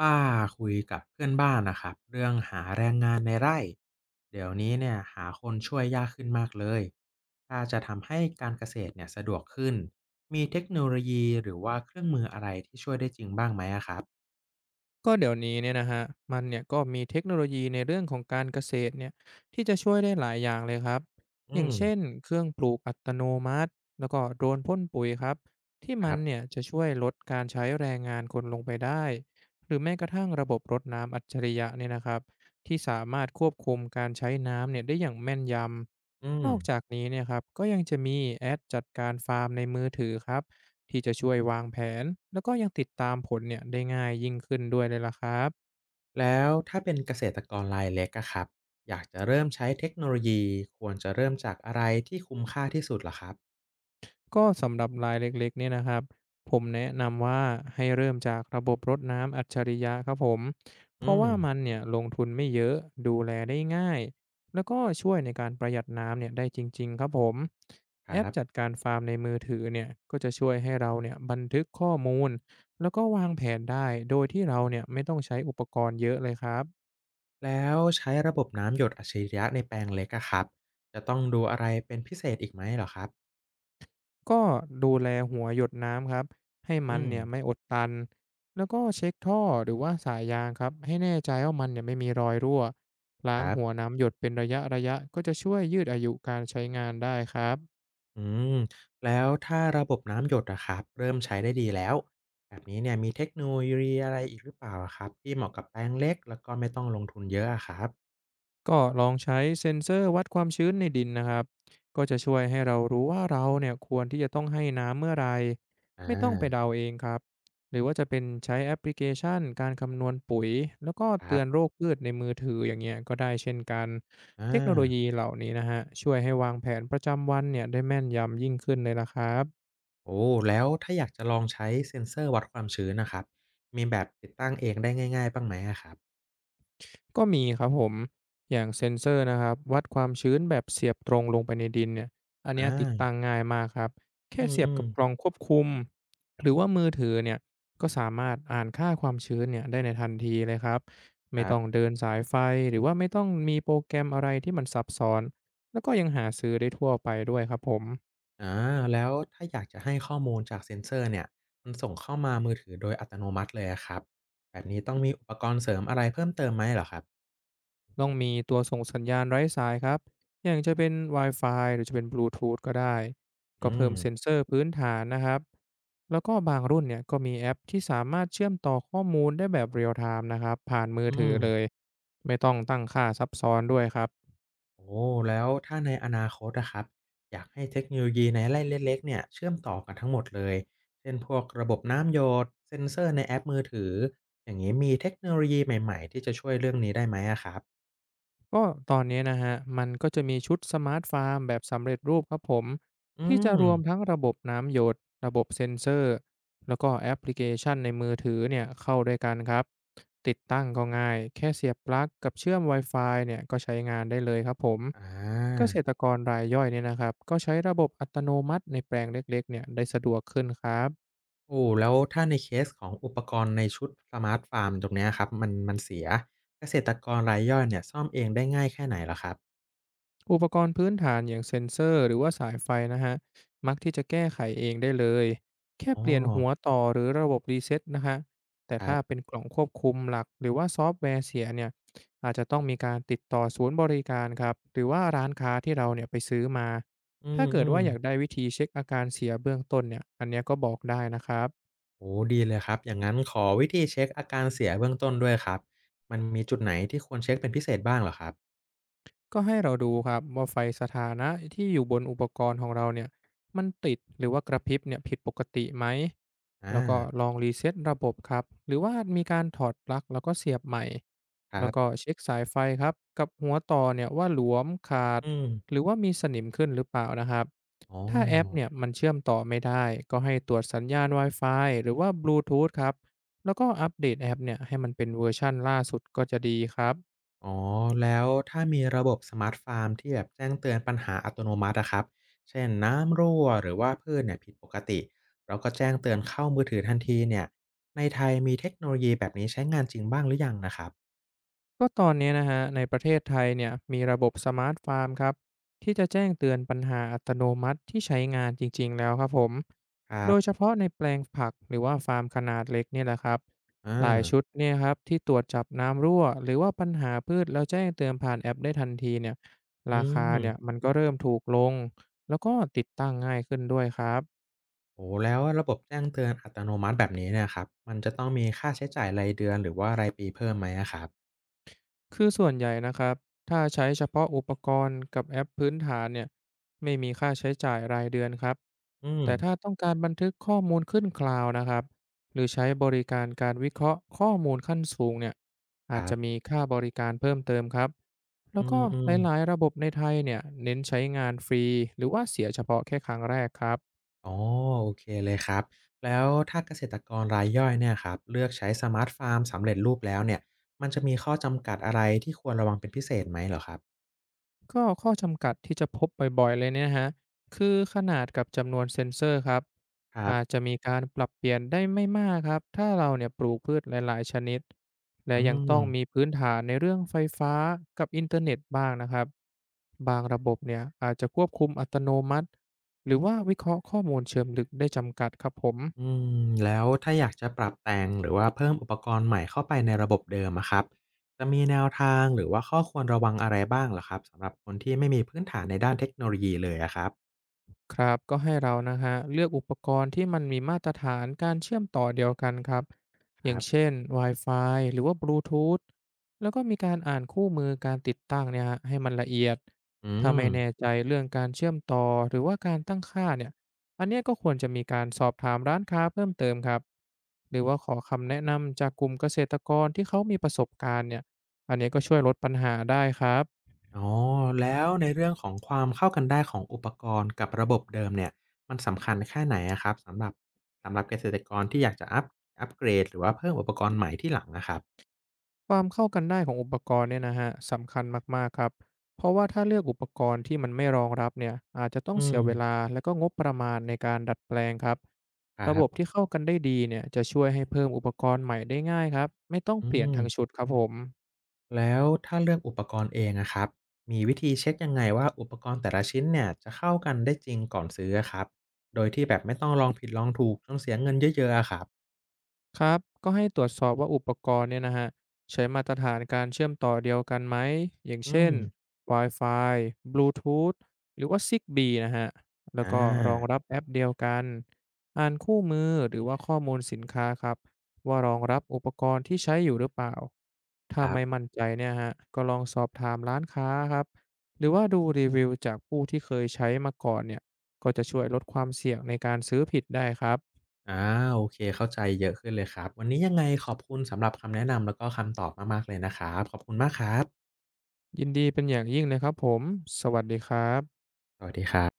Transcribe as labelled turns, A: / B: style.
A: ป้าคุยกับเพื่อนบ้านนะครับเรื่องหาแรงงานในไร่เดี๋ยวนี้เนี่ยหาคนช่วยยากขึ้นมากเลยถ้าจะทำให้การเกษตรเนี่ยสะดวกขึ้นมีเทคโนโลยีหรือว่าเครื่องมืออะไรที่ช่วยได้จริงบ้างไหมอะครับ
B: ก็เดี๋ยวนี้เนี่ยนะฮะมันเนี่ยก็มีเทคโนโลยีในเรื่องของการเกษตรเนี่ยที่จะช่วยได้หลายอย่างเลยครับอ
A: อื
B: ย่าง
A: ม
B: เช่นเครื่องปลูกอัตโนมัติแล้วก็โดรนพ่นปุ๋ยครับที่
A: ค
B: มั
A: รั
B: น
A: บ
B: เนี่ยจะช่วยลดการใช้แรงงานคนลงไปได้หรือแม้กระทั่งระบบรดน้ำอัจฉริยะเนี่ยนะครับที่สามารถควบคุมการใช้น้ำเนี่ยได้อย่างแม่นย
A: อื
B: ำน
A: ม
B: อกจากนี้เนี่ยครับก็ยังจะมีแอดจัดการฟาร์มในมือถือครับ ที่จะช่วยวางแผนแล้วก็ยังติดตามผลเนี่ยได้ง่ายยิ่งขึ้นด้วยเลยล่ะครับ
A: แล้วถ้าเป็นเกษตรกรรายเล็กอะครับอยากจะเริ่มใช้เทคโนโลยีควรจะเริ่มจากอะไรที่คุ้มค่าที่สุดล่ะครับ
B: ก็สำหรับรายเล็กๆเนี่ยนะครับผมแนะนำว่าให้เริ่มจากระบบรดน้ำอัจฉริยะครับผมเพ
A: อื
B: ราะ
A: ม
B: ว่ามันเนี่ยลงทุนไม่เยอะดูแลได้ง่ายแล้วก็ช่วยในการประหยัดน้ำเนี่ยได้จริงๆครับผม
A: ค
B: แอป
A: รับ
B: จัดการฟาร์มในมือถือเนี่ยก็จะช่วยให้เราเนี่ยบันทึกข้อมูลแล้วก็วางแผนได้โดยที่เราเนี่ยไม่ต้องใช้อุปกรณ์เยอะเลยครับ
A: แล้วใช้ระบบน้ำหยดอัจฉริยะในแปลงเล็กอะครับจะต้องดูอะไรเป็นพิเศษอีกไหมเหรอครับ
B: ก็ดูแลหัวหยดน้ำครับให้มัน
A: อืม
B: เนี่ยไม่อดตันแล้วก็เช็คท่อหรือว่าสายยางครับให้แน่ใจว่ามันเนี่ยไม่มีรอยรั่วล้า
A: ค
B: ง
A: รั
B: หัว
A: บ
B: น้ำหยดเป็นระยะก็จะช่วยยืดอายุการใช้งานได้ครับ
A: อืมแล้วถ้าระบบน้ำหยดอะครับเริ่มใช้ได้ดีแล้วแบบนี้เนี่ยมีเทคโนโลยีอะไรอีกหรือเปล่าอะครับที่เหมาะกับแปลงเล็กแล้วก็ไม่ต้องลงทุนเยอะอะครับ
B: ก็ลองใช้เซ็นเซอร์วัดความชื้นในดินนะครับ ก็จะช่วยให้เรารู้ว่าเราเนี่ยควรที่จะต้องให้น้ำเมื่อไหร
A: อา
B: ไม่ต้องไปเดาเองครับหรือว่าจะเป็นใช้แอปพลิเคชันการคำนวณปุ๋ยแล้วก็
A: ค
B: เตื
A: รั
B: อ
A: บ
B: นโรคพืชในมือถืออย่างเงี้ยก็ได้เช่นกัน
A: อ
B: เทคโนโล
A: า
B: ยีเหล่านี้นะฮะช่วยให้วางแผนประจำวันเนี่ยได้แม่นยำยิ่งขึ้นเลยละครับ
A: โอ้แล้วถ้าอยากจะลองใช้เซ็นเซอร์วัดความชื้นนะครับมีแบบติดตั้งเองได้ง่ายๆบ้างไหมอะครับ
B: ก็มีครับผมอย่างเซ็นเซอร์นะครับวัดความชื้นแบบเสียบตรงลงไปในดินเนี่ยอันเนี้ยติด
A: อา
B: ตั้งง่ายมากครับ แค่
A: อืม
B: เสีย
A: อื
B: บ
A: ม
B: กับกล่องควบคุมหรือว่ามือถือเนี่ยก็สามารถอ่านค่าความชื้นเนี่ยได้ในทันทีเลยครับ
A: ค
B: ไม่
A: รั
B: ต้อง
A: บ
B: เดินสายไฟหรือว่าไม่ต้องมีโปรแกรมอะไรที่มันซับซ้อน แล้วก็ยังหาซื้อได้ทั่วไปด้วยครับผม
A: อาแล้วถ้าอยากจะให้ข้อมูลจากเซ็นเซอร์เนี่ยมันส่งเข้ามามือถือโดยอัตโนมัติเลยอะครับแบบนี้ต้องมีอุปกรณ์เสริมอะไรเพิ่มเติมไหมเหรอครับ
B: ต้องมีตัวส่งสัญญาณไร้สายครับ อย่างจะเป็น Wi-Fi หรือจะเป็นบลูทูธก็ได้ ก็
A: อื
B: เพิ่
A: ม
B: มเซ็นเซอร์พื้นฐานนะครับ แล้วก็บางรุ่นเนี่ยก็มีแอปที่สามารถเชื่อมต่อข้อมูลได้แบบเรียลไทม์นะครับ ผ่านมือ
A: อื
B: ถือ
A: ม
B: เลย ไม่ต้องตั้งค่าซับซ้อนด้วยครับ
A: โอ้แล้วถ้าในอนาคตอะครับอยากให้เทคโนโลยีในไล่เล็กๆเนี่ยเชื่อมต่อกันทั้งหมดเลยเช่นพวกระบบน้ำหยดเซ็นเซอร์ในแอปมือถืออย่างงี้มีเทคโนโลยีใหม่ๆที่จะช่วยเรื่องนี้ได้ไหมอะครับ
B: ก็ตอนนี้นะฮะมันก็จะมีชุดสมาร์ตฟาร์มแบบสำเร็จรูปครับผม
A: อื
B: ที่จะ
A: ม
B: รวมทั้งระบบน้ำหยดระบบเซ็นเซอร์แล้วก็แอปพลิเคชันในมือถือเนี่ยเข้าด้วยกันครับติดตั้งก็ง่ายแค่เสียบปลั๊กกับเชื่อม Wi-Fi เนี่ยก็ใช้งานได้เลยครับผม
A: อ
B: เกษ
A: า
B: ตรกรรายย่อยเนี่ยนะครับก็ใช้ระบบอัตโนมัติในแปลงเล็กๆเนี่ยได้สะดวกขึ้นครับ
A: โอ้แล้วถ้าในเคสของอุปกรณ์ในชุดสมาร์ตฟาร์มตรงเนี้ยครับมันเสียเกษตรกรรายย่อยเนี่ยซ่อมเองได้ง่ายแค่ไหนเหรอครับ
B: อุปกรณ์พื้นฐานอย่างเซ็นเซอร์หรือว่าสายไฟนะฮะมักที่จะแก้ไขเองได้เลยแค่
A: อ๋
B: เป
A: อ
B: ลี่ยนหัวต่อหรือระบบรีเซ็ตนะฮะแต่
A: ครั
B: ถ้าเป็
A: บ
B: นกล่องควบคุมหลักหรือว่าซอฟต์แวร์เสียเนี่ยอาจจะต้องมีการติดต่อศูนย์บริการครับหรือว่าร้านค้าที่เราเนี่ยไปซื้อมา
A: อื
B: ถ้าเกิด
A: ม
B: ว่าอยากได้
A: ๆ
B: วิธีเช็คอาการเสียเบื้องต้นเนี่ยอันเนี้ยก็บอกได้นะครับ
A: โอ้โฮดีเลยครับอย่างงั้นขอวิธีเช็คอาการเสียเบื้องต้นด้วยครับมันมีจุดไหนที่ควรเช็กเป็นพิเศษบ้างเหรอครับ
B: ก็ให้เราดูครับว่าไฟสถานะที่อยู่บนอุปกรณ์ของเราเนี่ยมันติดหรือว่ากระพริบเนี่ยผิดปกติไหม
A: อา
B: แล้วก็ลองรีเซ็ตระบบครับหรือว่ามีการถอดปลั๊กแล้วก็เสียบใหม่
A: ครั
B: แล้วก็
A: บ
B: เช็คสายไฟครับกับหัวต่อเนี่ยว่าหลวมขาด
A: อืม
B: หรือว่ามีสนิมขึ้นหรือเปล่านะครับ
A: อ๋อ
B: ถ้าแอปเนี่ยมันเชื่อมต่อไม่ได้ก็ให้ตรวจสัญญาณ Wi-Fi หรือว่า Bluetooth ครับแล้วก็อัปเดตแอปเนี่ยให้มันเป็นเวอร์ชั่นล่าสุดก็จะดีครับ
A: อ๋อแล้วถ้ามีระบบสมาร์ทฟาร์มที่แบบแจ้งเตือนปัญหาอัตโนมัติอะครับเช่นน้ำรั่วหรือว่าพืชเนี่ยผิดปกติเราก็แจ้งเตือนเข้ามือถือทันทีเนี่ยในไทยมีเทคโนโลยีแบบนี้ใช้งานจริงบ้างหรือยังนะครับ
B: ก็ตอนนี้นะฮะในประเทศไทยเนี่ยมีระบบสมาร์ทฟาร์มครับที่จะแจ้งเตือนปัญหาอัตโนมัติที่ใช้งานจริงๆแล้วครับผม
A: ครั
B: โดยเฉ
A: บ
B: พาะในแปลงผักหรือว่าฟาร์มขนาดเล็กเนี่ยแหละครับหลาย
A: อา
B: ชุดเนี่ยครับที่ตรวจจับน้ำรั่วหรือว่าปัญหาพืชแล้วแจ้งเตือนผ่านแอปได้ทันทีเนี่ย
A: อื
B: ราคา
A: ม
B: เนี่ยมันก็เริ่มถูกลงแล้วก็ติดตั้งง่ายขึ้นด้วยครับ
A: โอ้แล้วระบบแจ้งเตือนอัตโนมัติแบบนี้เนี่ยครับมันจะต้องมีค่าใช้จ่ายรายเดือนหรือว่ารายปีเพิ่มไหมอะครับ
B: คือส่วนใหญ่นะครับถ้าใช้เฉพาะอุปกรณ์กับแอปพื้นฐานเนี่ยไม่มีค่าใช้จ่ายรายเดือนครับ
A: อืม
B: แต่ถ้าต้องการบันทึกข้อมูลขึ้นคลาวด์นะครับหรือใช้บริการการวิเคราะห์ข้อมูลขั้นสูงเนี่ย
A: ค
B: อาจ
A: รั
B: จะมี
A: บ
B: ค่าบริการเพิ่มเติมครับแล้
A: อื
B: ว
A: ม
B: ก็
A: อืม
B: หลายๆระบบในไทยเนี่ยเน้นใช้งานฟรีหรือว่าเสียเฉพาะแค่ครั้งแรกครับ
A: อ๋อโอเคเลยครับแล้วถ้าเกษตรกรรายย่อยเนี่ยครับเลือกใช้สมาร์ทฟาร์มสำเร็จรูปแล้วเนี่ยมันจะมีข้อจำกัดอะไรที่ควรระวังเป็นพิเศษไหมเหรอครับ
B: ก็ข้อจำกัดที่จะพบบ่อยๆเลยเนี่ยนะคะคือขนาดกับจำนวนเซนเซอร์ครับ
A: ครั
B: อาจ
A: บ
B: จะมีการปรับเปลี่ยนได้ไม่มากครับถ้าเราเนี่ยปลูกพืชหลายๆชนิดและ
A: อื
B: ยัง
A: ม
B: ต้องมีพื้นฐานในเรื่องไฟฟ้ากับอินเทอร์เน็ตบ้างนะครับบางระบบเนี่ยอาจจะควบคุมอัตโนมัติหรือว่าวิเคราะห์ข้อมูลเชิงลึกได้จำกัดครับผม
A: อืมแล้วถ้าอยากจะปรับแต่งหรือว่าเพิ่มอุปกรณ์ใหม่เข้าไปในระบบเดิมอะครับจะมีแนวทางหรือว่าข้อควรระวังอะไรบ้างเหรอครับสำหรับคนที่ไม่มีพื้นฐานในด้านเทคโนโลยีเลยอะครับ
B: ครับก็ให้เรานะฮะเลือกอุปกรณ์ที่มันมีมาตรฐานการเชื่อมต่อเดียวกันครับอ
A: ค
B: ย่า
A: รั
B: ง
A: บ
B: เช่น Wi-Fi หรือว่า Bluetooth แล้วก็มีการอ่านคู่มือการติดตั้งเนี่ยฮะให้มันละเอียด
A: อื
B: ถ้า
A: ม
B: ไม่แน่ใจเรื่องการเชื่อมต่อหรือว่าการตั้งค่าเนี่ยอันเนี้ยก็ควรจะมีการสอบถามร้านค้าเพิ่มเติมครับหรือว่าขอคำแนะนำจากกลุ่มเกษตรกรที่เขามีประสบการณ์เนี่ยอันเนี้ยก็ช่วยลดปัญหาได้ครับ
A: อ๋อแล้วในเรื่องของความเข้ากันได้ของอุปกรณ์กับระบบเดิมเนี่ยมันสำคัญแค่ไหนอะครับสำหรับสำหรับเกษตรกรที่อยากจะอัปเกรดหรือว่าเพิ่มอุปกรณ์ใหม่ที่หลังอะครับ
B: ความเข้ากันได้ของอุปกรณ์เนี่ยนะฮะสำคัญมากๆครับเพราะว่าถ้าเลือกอุปกรณ์ที่มันไม่รองรับเนี่ยอาจจะต้อง
A: อื
B: เสีย
A: ม
B: เวลาและก็งบประมาณในการดัดแปลงครับระ
A: ค
B: บ
A: รั
B: บ
A: บ
B: ที่เข้ากันได้ดีเนี่ยจะช่วยให้เพิ่มอุปกรณ์ใหม่ได้ง่ายครับไม่ต้อง
A: อื
B: เปลี่ยน
A: ม
B: ทั้งชุดครับผม
A: แล้วถ้าเลือกอุปกรณ์เองอะครับมีวิธีเช็กยังไงว่าอุปกรณ์แต่ละชิ้นเนี่ยจะเข้ากันได้จริงก่อนซื้ออะครับโดยที่แบบไม่ต้องลองผิดลองถูกจนเสียเงินเยอะๆอะครับ
B: ครับก็ให้ตรวจสอบว่าอุปกรณ์เนี่ยนะฮะใช้มาตรฐานการเชื่อมต่อเดียวกันไหมอย่าง
A: อื
B: เช่
A: ม
B: น Wi-Fi Bluetooth หรือว่า Zigbee นะฮะแล้ว
A: อา
B: ก็รองรับแอปเดียวกันอ่านคู่มือหรือว่าข้อมูลสินค้าครับว่ารองรับอุปกรณ์ที่ใช้อยู่หรือเปล่าถ้า
A: ครั
B: ไม่มั่
A: บ
B: นใจเนี่ยฮะก็ลองสอบถามร้านค้าครับหรือว่าดูรีวิวจากผู้ที่เคยใช้มาก่อนเนี่ยก็จะช่วยลดความเสี่ยงในการซื้อผิดได้ครับ
A: อาโอเคเข้าใจเยอะขึ้นเลยครับวันนี้ยังไงขอบคุณสำหรับคำแนะนำแล้วก็คำตอบมากๆเลยนะครับขอบคุณมากครับ
B: ยินดีเป็นอย่างยิ่งเลยครับผม สวัสดีครับ
A: สวัสดีครับ